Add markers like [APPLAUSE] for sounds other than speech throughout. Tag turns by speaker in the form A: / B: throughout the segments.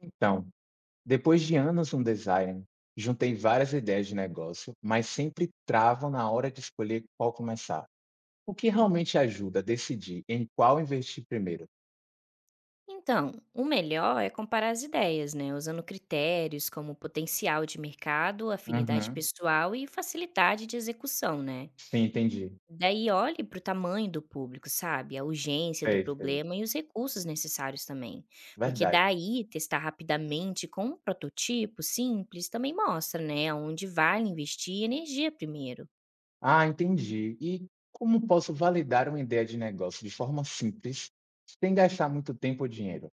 A: Então, depois de anos no design, juntei várias ideias de negócio, mas sempre travam na hora de escolher qual começar. O que realmente ajuda a decidir em qual investir primeiro?
B: Então, o melhor é comparar as ideias, né? Usando critérios como potencial de mercado, afinidade
A: Uhum.
B: pessoal e facilidade de execução, né?
A: Sim, entendi.
B: Daí olhe para o tamanho do público, sabe? A urgência do
A: Sei, sei.
B: problema e os recursos necessários também. Porque
A: Verdade.
B: daí testar rapidamente com um protótipo simples também mostra, né, onde vale investir energia primeiro.
A: Ah, entendi. E como posso validar uma ideia de negócio de forma simples, sem gastar muito tempo ou dinheiro?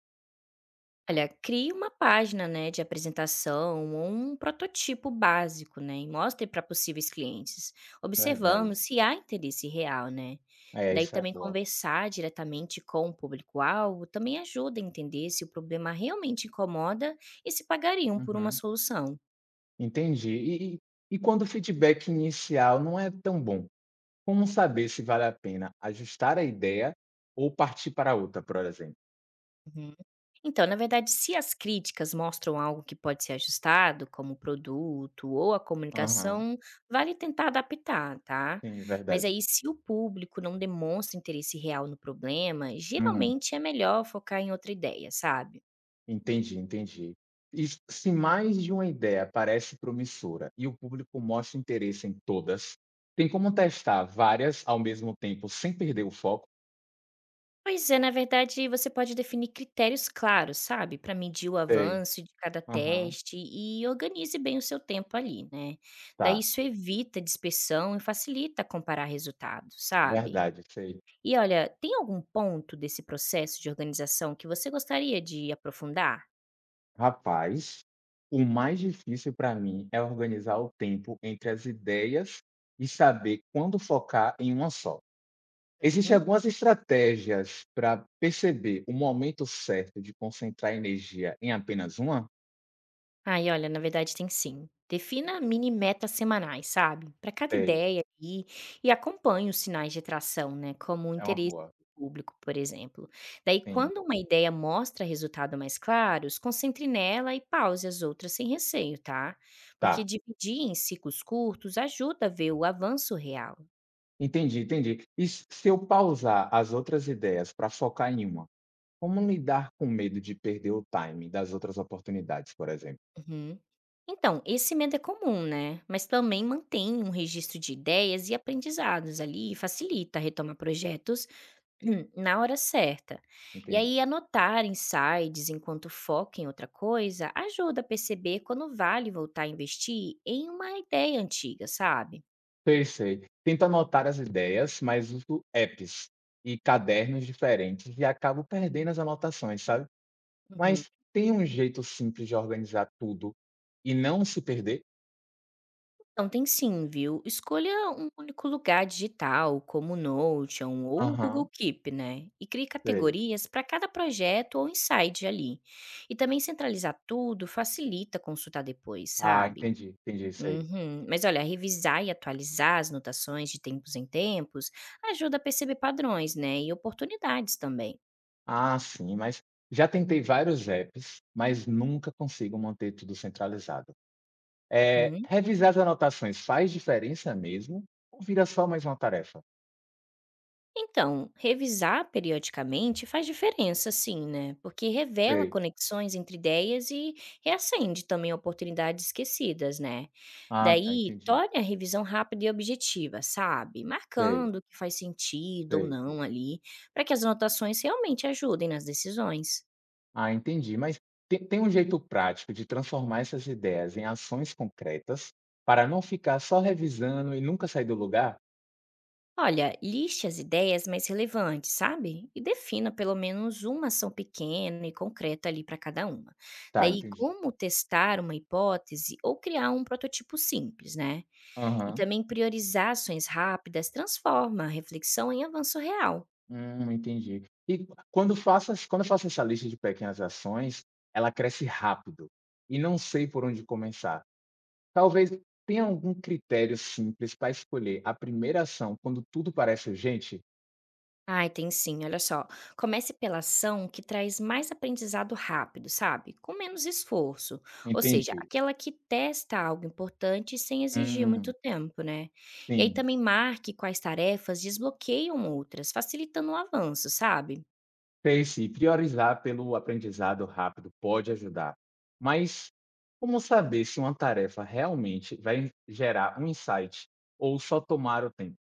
B: Olha, crie uma página, né, de apresentação ou um protótipo básico, né, e mostre para possíveis clientes,
A: Verdade.
B: observando se há interesse real, né.
A: É,
B: Daí
A: isso é
B: também
A: boa.
B: conversar diretamente com o público-alvo também ajuda a entender se o problema realmente incomoda e se pagariam por uma
A: Uhum.
B: solução.
A: Entendi. E quando o feedback inicial não é tão bom? Como saber se vale a pena ajustar a ideia ou partir para outra, por exemplo?
B: Uhum. Então, na verdade, se as críticas mostram algo que pode ser ajustado, como o produto ou a
A: Aham,
B: comunicação, vale tentar adaptar, tá?
A: sim,
B: Mas
A: verdade.
B: aí, se o público não demonstra interesse real no problema,
A: Hum,
B: geralmente é melhor focar em outra ideia, sabe?
A: entendi, entendi. E se mais de uma ideia parece promissora e o público mostra interesse em todas, tem como testar várias ao mesmo tempo sem perder o foco?
B: Pois é, na verdade, você pode definir critérios claros, sabe? Para medir o
A: Sei.
B: avanço de cada
A: Aham,
B: teste e organize bem o seu tempo ali, né? Daí
A: tá.
B: isso evita dispersão e facilita comparar resultados, sabe?
A: Verdade, sei.
B: E olha, tem algum ponto desse processo de organização que você gostaria de aprofundar?
A: Rapaz, o mais difícil para mim é organizar o tempo entre as ideias e saber quando focar em uma só. Existem
B: Uhum.
A: algumas estratégias para perceber o momento certo de concentrar energia em apenas uma?
B: Ai, olha, na verdade tem sim. Defina mini metas semanais, sabe? Para cada
A: Sei,
B: ideia e acompanhe os sinais de atração, né? Como o
A: é uma
B: interesse
A: boa.
B: do público, por exemplo. Daí,
A: Sim,
B: quando uma ideia mostra resultado mais claros, concentre nela e pause as outras sem receio, tá? Porque
A: tá.
B: dividir em ciclos curtos ajuda a ver o avanço real.
A: Entendi, entendi. E se eu pausar as outras ideias para focar em uma, como lidar com medo de perder o timing das outras oportunidades, por exemplo?
B: Uhum. Então, esse medo é comum, né? Mas também mantém um registro de ideias e aprendizados ali e facilita retomar projetos [CLEARS THROAT] na hora certa. E
A: Entendi.
B: aí, anotar insights enquanto foca em outra coisa ajuda a perceber quando vale voltar a investir em uma ideia antiga, sabe?
A: Sei, sei. Tento anotar as ideias, mas uso apps e cadernos diferentes e acabo perdendo as anotações, sabe?
B: Uhum.
A: Mas tem um jeito simples de organizar tudo e não se perder?
B: Então, tem sim, viu? Escolha um único lugar digital, como o Notion ou o Google
A: Aham,
B: Keep, né? E crie
A: sei.
B: categorias para cada projeto ou insight ali. E também centralizar tudo facilita consultar depois,
A: Ah,
B: sabe?
A: entendi, entendi, isso aí.
B: Uhum. Mas olha, revisar e atualizar as notações de tempos em tempos ajuda a perceber padrões, né? E oportunidades também.
A: Ah, sim, mas já tentei vários apps, mas nunca consigo manter tudo centralizado.
B: Uhum.
A: Revisar as anotações faz diferença mesmo ou vira só mais uma tarefa?
B: Então, revisar periodicamente faz diferença, sim, né? Porque revela
A: Sei.
B: conexões entre ideias e reacende também oportunidades esquecidas, né?
A: Ah, tá,
B: Daí,
A: entendi.
B: torne a revisão rápida e objetiva, sabe?
A: Sei,
B: Marcando o que faz sentido ou
A: sei, sei.
B: não ali, para que as anotações realmente ajudem nas decisões.
A: Ah, entendi, mas tem um jeito prático de transformar essas ideias em ações concretas para não ficar só revisando e nunca sair do lugar?
B: Olha, liste as ideias mais relevantes, sabe? E defina pelo menos uma ação pequena e concreta ali para cada uma.
A: Tá,
B: Daí,
A: entendi.
B: como testar uma hipótese ou criar um protótipo simples, né? E
A: Aham.
B: também priorizar ações rápidas transforma a reflexão em avanço real.
A: Entendi. E quando faço ess quando eu faço essa lista de pequenas ações, ela cresce rápido e não sei por onde começar. Talvez tenha algum critério simples para escolher a primeira ação quando tudo parece urgente?
B: Ai, tem sim, olha só. Comece pela ação que traz mais aprendizado rápido, sabe? Com menos esforço. Ou seja,
A: Entendi.
B: aquela que testa algo importante sem exigir
A: Hum,
B: muito tempo, né? E aí
A: sim.
B: também marque quais tarefas desbloqueiam outras, facilitando o avanço, sabe?
A: Sei sim, priorizar pelo aprendizado rápido pode ajudar. Mas como saber se uma tarefa realmente vai gerar um insight ou só tomar o tempo?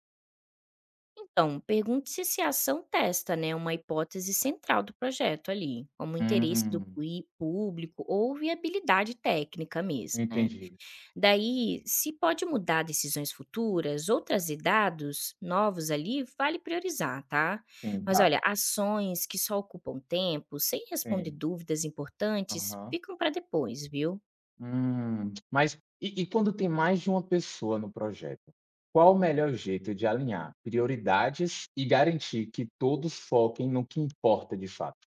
B: Então, pergunte-se se a ação testa, né, uma hipótese central do projeto ali, como interesse do
A: Hum,
B: público ou viabilidade técnica mesmo, né?
A: entendi.
B: Daí, se pode mudar decisões futuras ou trazer dados novos ali, vale priorizar, tá?
A: Sim,
B: Mas
A: tá,
B: olha, ações que só ocupam tempo, sem responder
A: sim.
B: dúvidas importantes,
A: Aham.
B: ficam para depois, viu?
A: Mas e quando tem mais de uma pessoa no projeto, qual o melhor jeito de alinhar prioridades e garantir que todos foquem no que importa de fato?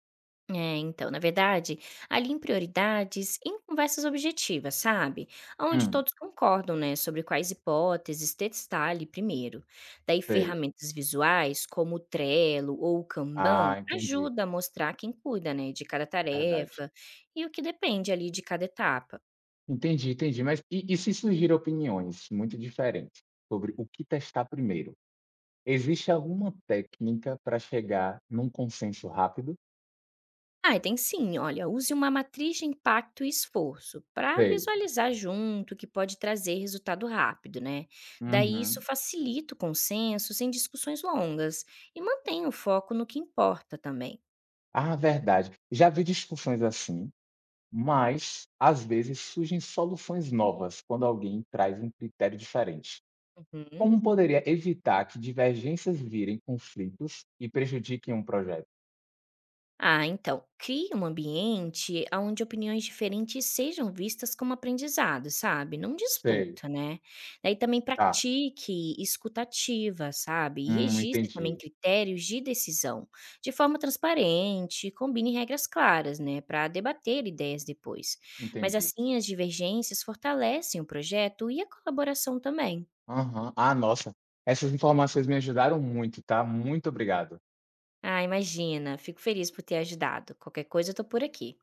B: É, então, na verdade, alinhe prioridades em conversas objetivas, sabe? Onde
A: Hum,
B: todos concordam, né, sobre quais hipóteses testar ali primeiro. Daí,
A: sei.
B: ferramentas visuais, como o Trello ou o Kanban,
A: Ah, entendi,
B: ajuda a mostrar quem cuida, né, de cada
A: verdade.
B: tarefa e o que depende ali de cada etapa.
A: Entendi, entendi. Mas e se surgirem opiniões muito diferentes sobre o que testar primeiro, existe alguma técnica para chegar num consenso rápido?
B: Ah, e tem sim. Olha, use uma matriz de impacto e esforço para
A: Sei.
B: visualizar junto o que pode trazer resultado rápido, né? Daí isso
A: Uhum.
B: facilita o consenso sem discussões longas e mantém o foco no que importa também.
A: Ah, verdade. Já vi discussões assim. Mas, às vezes, surgem soluções novas quando alguém traz um critério diferente.
B: Uhum.
A: Como poderia evitar que divergências virem conflitos e prejudiquem um projeto?
B: Ah, então, crie um ambiente onde opiniões diferentes sejam vistas como aprendizado, sabe? Não
A: Sei,
B: disputa, né? Daí também
A: tá.
B: pratique escutativa, sabe? E registre também
A: Entendi,
B: critérios de decisão de forma transparente, combine regras claras, né? Para debater ideias depois. Mas
A: entendi.
B: assim as divergências fortalecem o projeto e a colaboração também.
A: Aham. Ah, nossa, essas informações me ajudaram muito, tá? Muito obrigado.
B: Ah, imagina, fico feliz por ter ajudado. Qualquer coisa, eu tô por aqui.